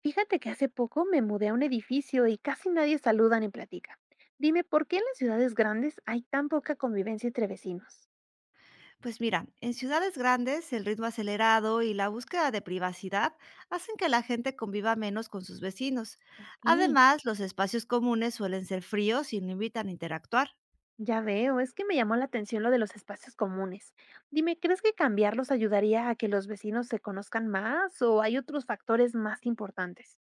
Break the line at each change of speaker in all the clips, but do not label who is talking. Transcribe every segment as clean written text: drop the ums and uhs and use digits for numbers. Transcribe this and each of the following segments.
Fíjate que hace poco me mudé a un edificio y casi nadie saluda ni platica. Dime, ¿por qué en las ciudades grandes hay tan poca convivencia entre vecinos?
Pues mira, en ciudades grandes el ritmo acelerado y la búsqueda de privacidad hacen que la gente conviva menos con sus vecinos.
Ok,
Además, los espacios comunes suelen ser fríos y no invitan a interactuar.
ya veo, es que me llamó la atención lo de los espacios comunes. Dime, ¿crees que cambiarlos ayudaría a que los vecinos se conozcan más o hay otros factores más importantes?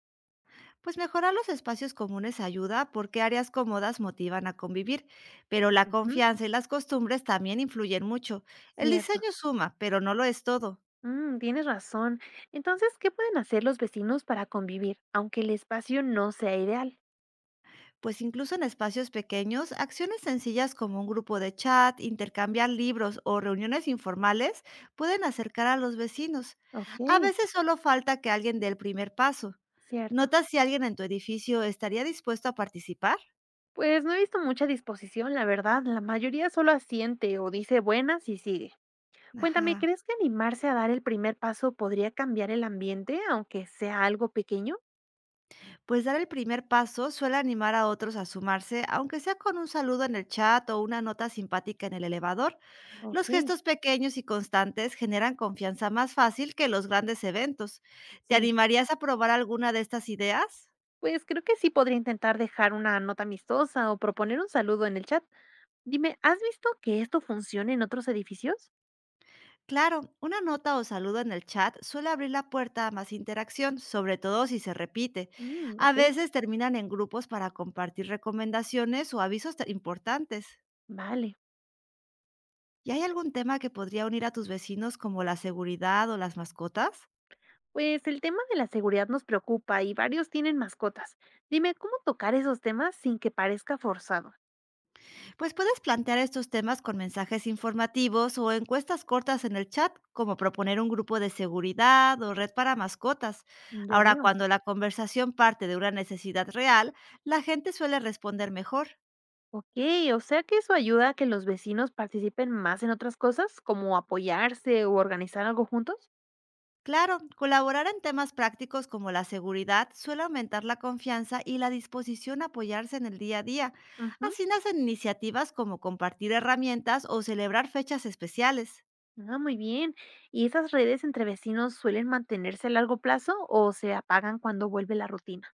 Pues mejorar los espacios comunes ayuda porque áreas cómodas motivan a convivir, pero la
Ujú,
confianza y las costumbres también influyen mucho. El
cierto.
diseño suma, pero no lo es todo.
Mm, tienes razón. Entonces, ¿qué pueden hacer los vecinos para convivir, aunque el espacio no sea ideal?
Pues incluso en espacios pequeños, acciones sencillas como un grupo de chat, intercambiar libros o reuniones informales pueden acercar a los vecinos.
Ok,
A veces solo falta que alguien dé el primer paso.
cierto.
¿Notas si alguien en tu edificio estaría dispuesto a participar?
Pues no he visto mucha disposición, la verdad, la mayoría solo asiente o dice buenas y sigue. Cuéntame,
Ajá.
¿crees que animarse a dar el primer paso podría cambiar el ambiente, aunque sea algo pequeño?
Pues dar el primer paso suele animar a otros a sumarse, aunque sea con un saludo en el chat o una nota simpática en el elevador. Los
Ok,
gestos pequeños y constantes generan confianza más fácil que los grandes eventos. ¿Te
sí.
animarías a probar alguna de estas ideas?
Pues creo que sí podría intentar dejar una nota amistosa o proponer un saludo en el chat. Dime, ¿has visto que esto funciona en otros edificios?
Claro, una nota o saludo en el chat suele abrir la puerta a más interacción, sobre todo si se repite.
Mm,
A
ok,
veces terminan en grupos para compartir recomendaciones o importantes.
vale.
¿Y hay algún tema que podría unir a tus vecinos como la seguridad o las mascotas?
Pues el tema de la seguridad nos preocupa y varios tienen mascotas. Dime, ¿cómo tocar esos temas sin que parezca forzado?
Pues puedes plantear estos temas con mensajes informativos o encuestas cortas en el chat, como proponer un grupo de seguridad o red para mascotas.
Ya
Ahora,
veo.
cuando la conversación parte de una necesidad real, la gente suele responder mejor.
Ok, o sea que eso ayuda a que los vecinos participen más en otras cosas, como apoyarse o organizar algo juntos.
Claro, colaborar en temas prácticos como la seguridad suele aumentar la confianza y la disposición a apoyarse en el día a día.
Ujú,
Así nacen iniciativas como compartir herramientas o celebrar fechas especiales.
ah, muy bien. ¿Y esas redes entre vecinos suelen mantenerse a largo plazo o se apagan cuando vuelve la rutina?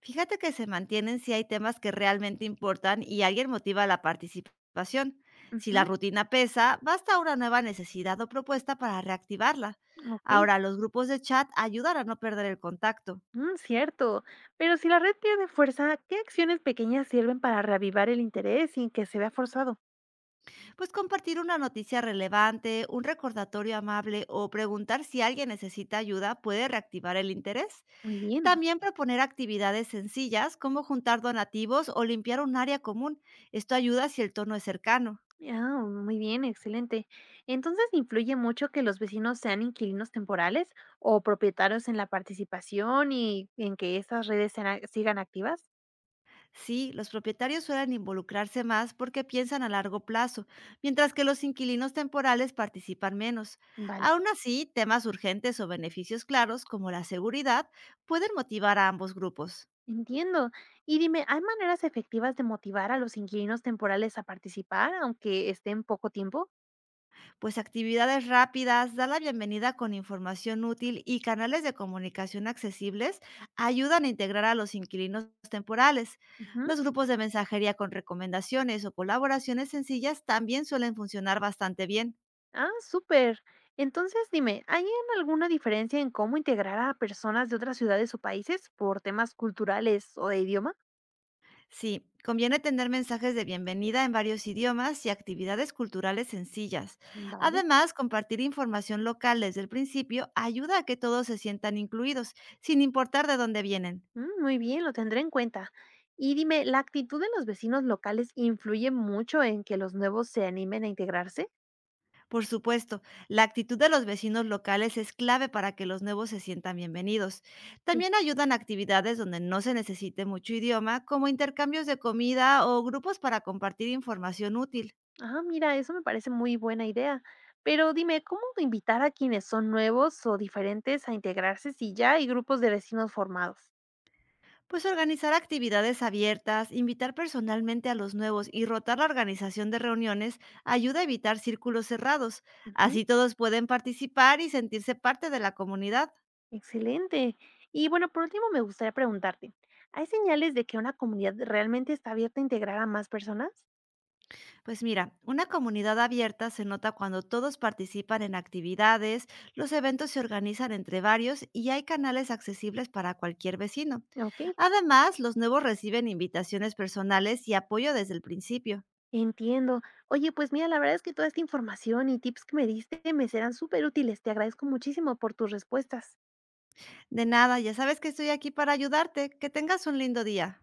Fíjate que se mantienen si hay temas que realmente importan y alguien motiva la participación. Si la
Ujú,
rutina pesa, basta una nueva necesidad o propuesta para reactivarla.
ok,
Ahora, los grupos de chat ayudan a no perder el contacto.
mm, cierto. Pero si la red pierde fuerza, ¿qué acciones pequeñas sirven para reavivar el interés sin que se vea forzado?
Pues compartir una noticia relevante, un recordatorio amable o preguntar si alguien necesita ayuda puede reactivar el interés.
Muy bien.
También proponer actividades sencillas como juntar donativos o limpiar un área común. Esto ayuda si el tono es cercano.
Ah, muy bien, excelente. Entonces, ¿influye mucho que los vecinos sean inquilinos temporales o propietarios en la participación y en que estas redes sean sigan activas?
Sí, los propietarios suelen involucrarse más porque piensan a largo plazo, mientras que los inquilinos temporales participan menos.
Vale,
Aún así, temas urgentes o beneficios claros, como la seguridad, pueden motivar a ambos grupos.
entiendo. Y dime, ¿hay maneras efectivas de motivar a los inquilinos temporales a participar, aunque estén poco tiempo?
Pues actividades rápidas, dar la bienvenida con información útil y canales de comunicación accesibles ayudan a integrar a los inquilinos temporales.
Ujú.
Los grupos de mensajería con recomendaciones o colaboraciones sencillas también suelen funcionar bastante bien.
Ah, súper. Entonces, dime, ¿hay en alguna diferencia en cómo integrar a personas de otras ciudades o países por temas culturales o de idioma?
Sí, conviene tener mensajes de bienvenida en varios idiomas y actividades culturales sencillas.
Vale.
Además, compartir información local desde el principio ayuda a que todos se sientan incluidos, sin importar de dónde vienen.
Mm, muy bien, lo tendré en cuenta. Y dime, ¿la actitud de los vecinos locales influye mucho en que los nuevos se animen a integrarse?
Por supuesto, la actitud de los vecinos locales es clave para que los nuevos se sientan bienvenidos.
Sí.
También ayudan actividades donde no se necesite mucho idioma, como intercambios de comida o grupos para compartir información útil.
Ah, mira, eso me parece muy buena idea. Pero dime, ¿cómo invitar a quienes son nuevos o diferentes a integrarse si ya hay grupos de vecinos formados?
Pues organizar actividades abiertas, invitar personalmente a los nuevos y rotar la organización de reuniones ayuda a evitar círculos cerrados.
Ujú,
Así todos pueden participar y sentirse parte de la comunidad.
excelente. Y bueno, por último, me gustaría preguntarte, ¿hay señales de que una comunidad realmente está abierta a integrar a más personas?
Pues mira, una comunidad abierta se nota cuando todos participan en actividades, los eventos se organizan entre varios y hay canales accesibles para cualquier vecino.
Ok.
Además, los nuevos reciben invitaciones personales y apoyo desde el principio.
Entiendo. Oye, pues mira, la verdad es que toda esta información y tips que me diste me serán súper útiles. Te agradezco muchísimo por tus respuestas.
De nada, ya sabes que estoy aquí para ayudarte. Que tengas un lindo día.